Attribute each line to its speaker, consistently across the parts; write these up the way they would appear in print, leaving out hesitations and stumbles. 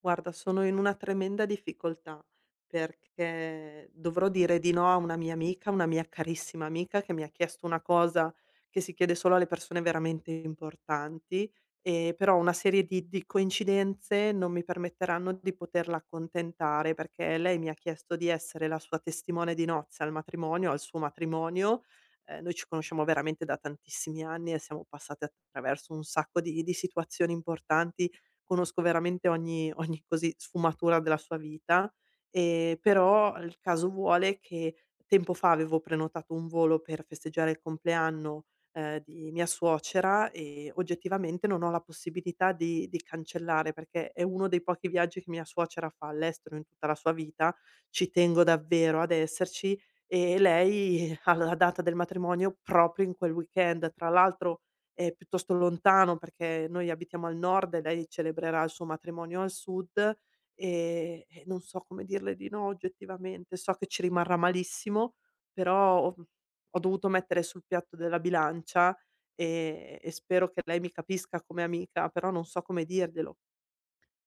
Speaker 1: Guarda, sono in una tremenda difficoltà, perché dovrò dire di no a una mia amica, una mia carissima amica, che mi ha chiesto una cosa che si chiede solo alle persone veramente importanti, però una serie di coincidenze non mi permetteranno di poterla accontentare, perché lei mi ha chiesto di essere la sua testimone di nozze al matrimonio al suo matrimonio. Noi ci conosciamo veramente da tantissimi anni e siamo passate attraverso un sacco di situazioni importanti. Conosco veramente ogni così sfumatura della sua vita, però il caso vuole che tempo fa avevo prenotato un volo per festeggiare il compleanno, di mia suocera e oggettivamente non ho la possibilità di cancellare, perché è uno dei pochi viaggi che mia suocera fa all'estero in tutta la sua vita, ci tengo davvero ad esserci e lei ha la data del matrimonio proprio in quel weekend. Tra l'altro è piuttosto lontano perché noi abitiamo al nord e lei celebrerà il suo matrimonio al sud, e non so come dirle di no oggettivamente. So che ci rimarrà malissimo, però ho ho dovuto mettere sul piatto della bilancia, e spero che lei mi capisca come amica, però non so come dirglielo.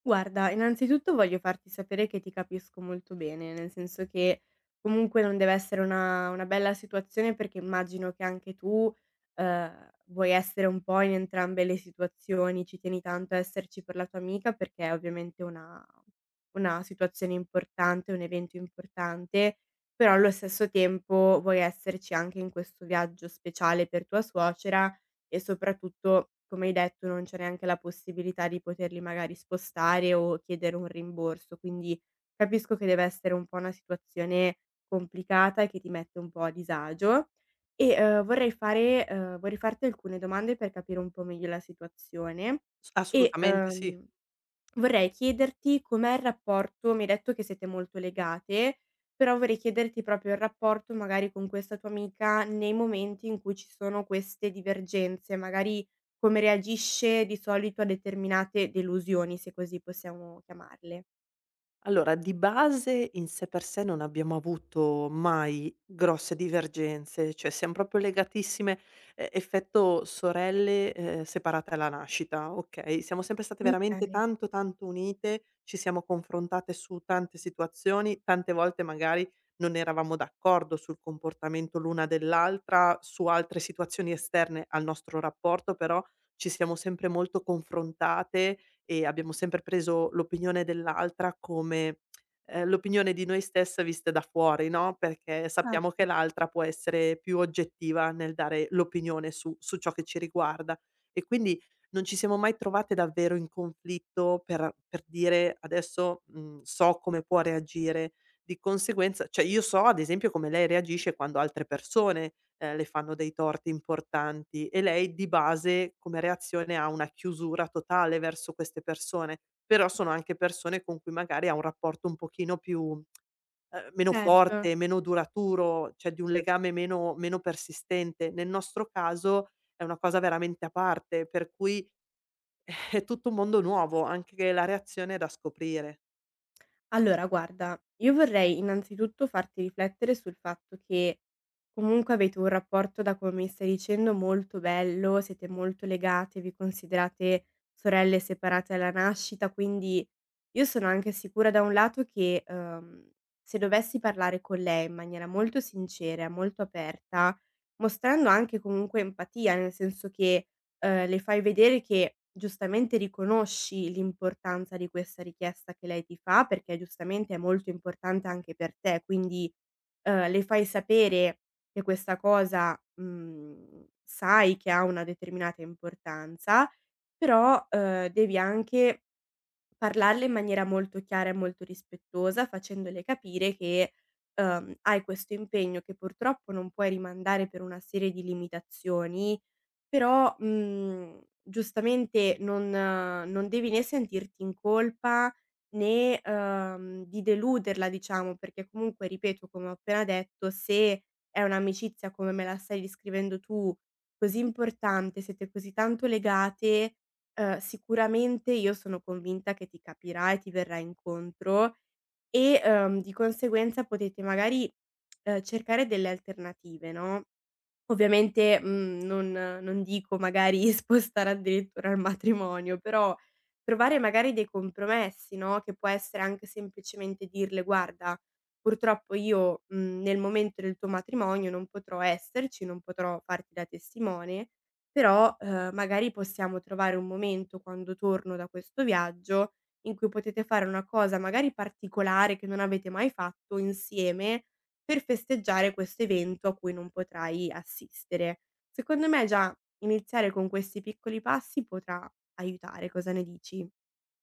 Speaker 2: Guarda, innanzitutto voglio farti sapere che ti capisco molto bene, nel senso che comunque non deve essere una bella situazione perché immagino che anche tu, vuoi essere un po' in entrambe le situazioni, ci tieni tanto a esserci per la tua amica perché è ovviamente una situazione importante, un evento importante, però allo stesso tempo vuoi esserci anche in questo viaggio speciale per tua suocera e soprattutto, come hai detto, non c'è neanche la possibilità di poterli magari spostare o chiedere un rimborso. Quindi capisco che deve essere un po' una situazione complicata e che ti mette un po' a disagio. Vorrei farti alcune domande per capire un po' meglio la situazione.
Speaker 1: S
Speaker 2: E
Speaker 1: assolutamente sì.
Speaker 2: ehm, Vorrei chiederti com'è il rapporto, mi hai detto che siete molto legate, però vorrei chiederti proprio il rapporto magari con questa tua amica nei momenti in cui ci sono queste divergenze, magari come reagisce di solito a determinate delusioni, se così possiamo chiamarle.
Speaker 1: Allora, di base in sé per sé non abbiamo avuto mai grosse divergenze, cioè siam proprio legatissime, e effetto sorelle, separate alla nascita, okay, siamo sempre state veramente
Speaker 2: Okay,
Speaker 1: tanto, tanto unite, ci siamo confrontate su tante situazioni, tante volte magari non eravamo d'accordo sul comportamento l'una dell'altra, su altre situazioni esterne al nostro rapporto, però ci siamo sempre molto confrontate e abbiamo sempre preso l'opinione dell'altra come, l'opinione di noi stesse viste da fuori, no, perché sappiamo che
Speaker 2: certo,
Speaker 1: l'altra può essere più oggettiva nel dare l'opinione su ciò che ci riguarda. E quindi non ci siamo mai trovate davvero in conflitto per dire: "Adesso, mhmm, so come può reagire." Di conseguenza cioè io so ad esempio come lei reagisce quando altre persone le fanno dei torti importanti e lei di base come reazione ha una chiusura totale verso queste persone, però sono anche persone con cui magari ha un rapporto un pochino più, meno
Speaker 2: certo.
Speaker 1: forte, meno duraturo, cioè di un legame meno persistente. Nel nostro caso è una cosa veramente a parte, per cui è tutto un mondo nuovo, anche che la reazione è da scoprire.
Speaker 2: Allora guarda, io vorrei innanzitutto farti riflettere sul fatto che comunque avete un rapporto, da come mi stai dicendo, molto bello, siete molto legate, vi considerate sorelle separate alla nascita, quindi io sono anche sicura da un lato che, se dovessi parlare con lei in maniera molto sincera, molto aperta, mostrando anche comunque empatia, nel senso che le fai vedere che giustamente riconosci l'importanza di questa richiesta che lei ti fa, perché giustamente è molto importante anche per te, quindi, le fai sapere che questa cosa, mhmm, sai che ha una determinata importanza, però, devi anche parlarle in maniera molto chiara e molto rispettosa, facendole capire che, hai questo impegno che purtroppo non puoi rimandare per una serie di limitazioni, però, mhmm, giustamente non devi né sentirti in colpa né, di deluderla diciamo, perché comunque ripeto, come ho appena detto, se è un'amicizia come me la stai descrivendo tu, così importante, siete così tanto legate, sicuramente io sono convinta che ti capirà e ti verrà incontro e, di conseguenza potete magari, cercare delle alternative, no? Ovviamente, mhmm, non dico magari spostare addirittura il matrimonio, però trovare magari dei compromessi, no, che può essere anche semplicemente dirle: "Guarda, purtroppo io, mhmm, nel momento del tuo matrimonio non potrò esserci, non potrò farti da testimone, però, magari possiamo trovare un momento quando torno da questo viaggio in cui potete fare una cosa magari particolare che non avete mai fatto insieme, per festeggiare questo evento a cui non potrai assistere. Secondo me già iniziare con questi piccoli passi potrà aiutare, cosa ne dici?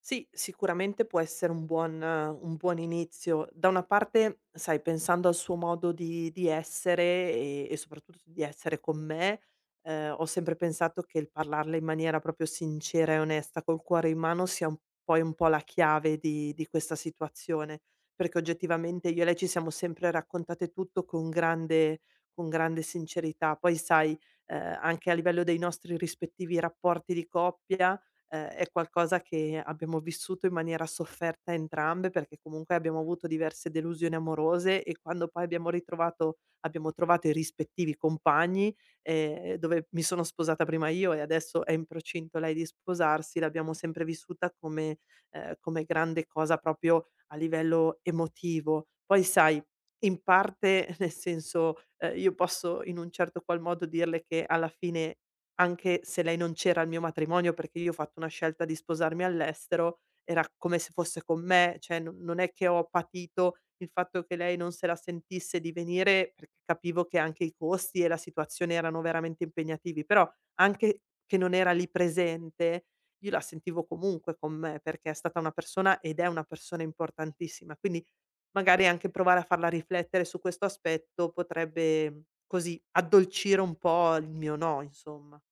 Speaker 1: Sì, sicuramente può essere un buon inizio. Da una parte, sai, pensando al suo modo di essere e soprattutto di essere con me, ho sempre pensato che il parlarle in maniera proprio sincera e onesta, col cuore in mano, sia un poi un po' la chiave di questa situazione, perché oggettivamente io e lei ci siamo sempre raccontate tutto con grande sincerità. Poi sai, anche a livello dei nostri rispettivi rapporti di coppia, è qualcosa che abbiamo vissuto in maniera sofferta entrambe, perché comunque abbiamo avuto diverse delusioni amorose e quando poi abbiamo trovato i rispettivi compagni, dove mi sono sposata prima io e adesso è in procinto lei di sposarsi, l'abbiamo sempre vissuta come come grande cosa proprio a livello emotivo. Poi sai, in parte nel senso, io posso in un certo qual modo dirle che alla fine anche se lei non c'era al mio matrimonio, perché io ho fatto una scelta di sposarmi all'estero, era come se fosse con me, cioè non è che ho patito il fatto che lei non se la sentisse di venire, perché capivo che anche i costi e la situazione erano veramente impegnativi, però anche che non era lì presente, io la sentivo comunque con me, perché è stata una persona ed è una persona importantissima. Quindi magari anche provare a farla riflettere su questo aspetto potrebbe così addolcire un po' il mio no, insomma.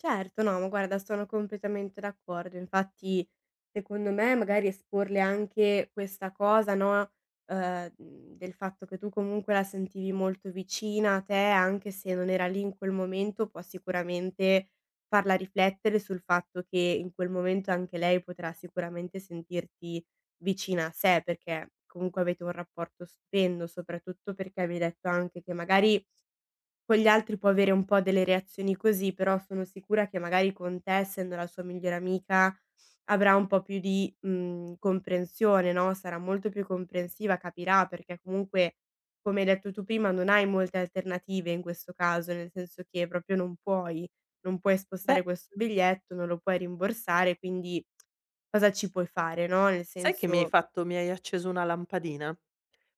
Speaker 2: Certo, no, ma guarda, sono completamente d'accordo. Infatti, secondo me, magari esporle anche questa cosa, no, del fatto che tu comunque la sentivi molto vicina a te, anche se non era lì in quel momento, può sicuramente farla riflettere sul fatto che in quel momento anche lei potrà sicuramente sentirti vicina a sé, perché comunque avete un rapporto stupendo, soprattutto perché mi hai detto anche che magari con gli altri può avere un po' delle reazioni così, però sono sicura che magari con te, essendo la sua migliore amica, avrà un po' più di, mhmm, comprensione, no, sarà molto più comprensiva, capirà perché comunque, come hai detto tu prima, non hai molte alternative in questo caso, nel senso che proprio non puoi
Speaker 1: Beh,
Speaker 2: spostare questo biglietto, non lo puoi rimborsare, quindi cosa ci puoi fare, no, nel
Speaker 1: sai che
Speaker 2: senso.
Speaker 1: mi hai acceso una lampadina.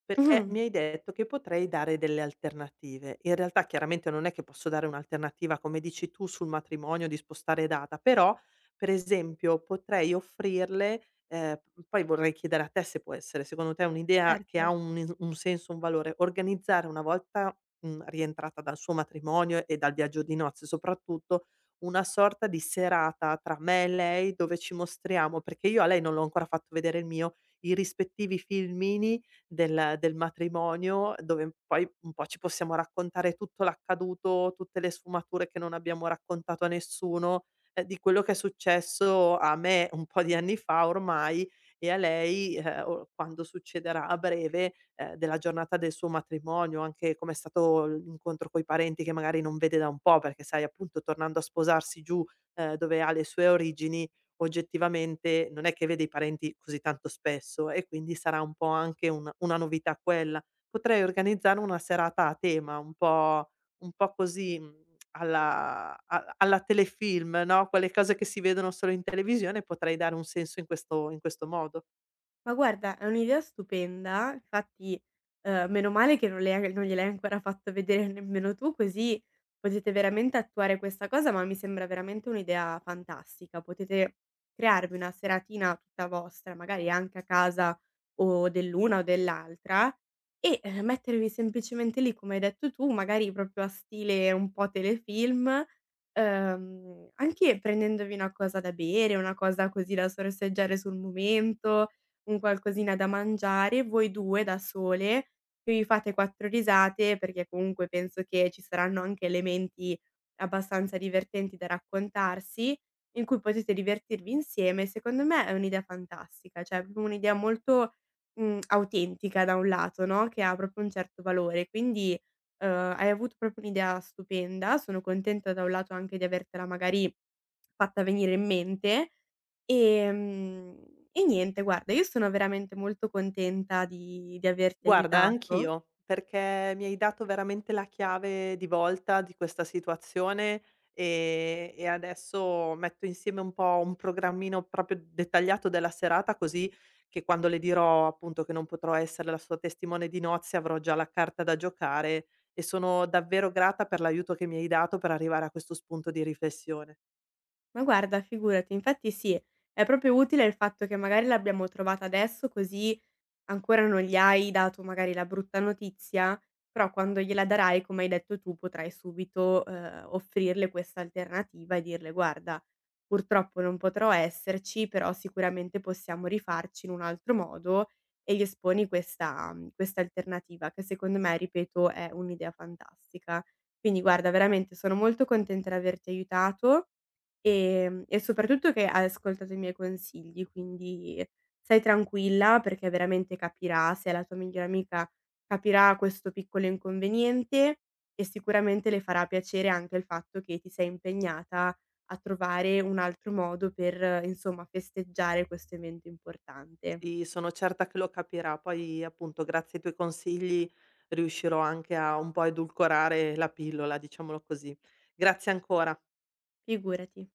Speaker 1: Perché
Speaker 2: Mh-mh,
Speaker 1: mi hai detto che potrei dare delle alternative. In realtà chiaramente non è che posso dare un'alternativa, come dici tu, sul matrimonio di spostare data, però per esempio potrei offrirle poi vorrei chiedere a te se può essere secondo te è un'idea che ha
Speaker 2: certo.
Speaker 1: un is un senso, un valore, organizzare una volta, rientrata dal suo matrimonio e dal viaggio di nozze soprattutto, una sorta di serata tra me e lei dove ci mostriamo perché io a lei non l'ho ancora fatto vedere il mio, i rispettivi filmini del matrimonio, dove poi un po' ci possiamo raccontare tutto l'accaduto, tutte le sfumature che non abbiamo raccontato a nessuno, di quello che è successo a me un po' di anni fa ormai e a lei, o quando succederà a breve, della giornata del suo matrimonio, anche com'è stato l'incontro coi parenti che magari non vede da un po', perché sai appunto tornando a sposarsi giù, dove ha le sue origini, oggettivamente non è che vede i parenti così tanto spesso e quindi sarà un po' anche un una novità quella. Potrei organizzare una serata a tema, un po' così, alla a alla telefilm, no, quelle cose che si vedono solo in televisione, potrei dare un senso in questo modo.
Speaker 2: Ma guarda, è un'idea stupenda, infatti, meno male che non le hai non gliel'hai ancora fatto vedere nemmeno tu, così potete veramente attuare questa cosa, ma mi sembra veramente un'idea fantastica. Potete crearvi una seratina tutta vostra, magari anche a casa o dell'una o dell'altra e, mettervi semplicemente lì, come hai detto tu, magari proprio a stile un po' telefilm, anche prendendovi una cosa da bere, una cosa così da sorseggiare sul momento, un qualcosina da mangiare, voi 2 da sole, che vi fate 4 risate, perché comunque penso che ci saranno anche elementi abbastanza divertenti da raccontarsi, in cui potete divertirvi insieme, secondo me è un'idea fantastica, cioè è proprio un'idea molto, mhmm, autentica da un lato, no, che ha proprio un certo valore. Quindi, uhm, hai avuto proprio un'idea stupenda, sono contenta da un lato anche di avertela magari fatta venire in mente. Ehm, e niente, guarda, io sono veramente molto contenta di averti
Speaker 1: Guarda,
Speaker 2: aiutato.
Speaker 1: anch'io, perché mi hai dato veramente la chiave di volta di questa situazione e adesso metto insieme un po' un programmino proprio dettagliato della serata, così che quando le dirò appunto che non potrò essere la sua testimone di nozze avrò già la carta da giocare e sono davvero grata per l'aiuto che mi hai dato per arrivare a questo spunto di riflessione.
Speaker 2: Ma guarda, figurati, infatti sì, è proprio utile il fatto che magari l'abbiamo trovata adesso così. Ancora non gli hai dato magari la brutta notizia, però quando gliela darai, come hai detto tu, potrai subito, offrirle questa alternativa e dirle: "Guarda, purtroppo non potrò esserci, però sicuramente possiamo rifarci in un altro modo", e gli esponi questa mhmm, questa alternativa che secondo me, ripeto, è un'idea fantastica. Quindi guarda, veramente sono molto contenta di averti aiutato. E soprattutto che hai ascoltato i miei consigli, quindi stai tranquilla perché veramente capirà, se è la tua migliore amica, capirà questo piccolo inconveniente e sicuramente le farà piacere anche il fatto che ti sei impegnata a trovare un altro modo per, insomma, festeggiare questo evento importante.
Speaker 1: Sì, sono certa che lo capirà. Poi appunto grazie ai tuoi consigli riuscirò anche a un po' edulcorare la pillola, diciamolo così. Grazie ancora.
Speaker 2: Figurati.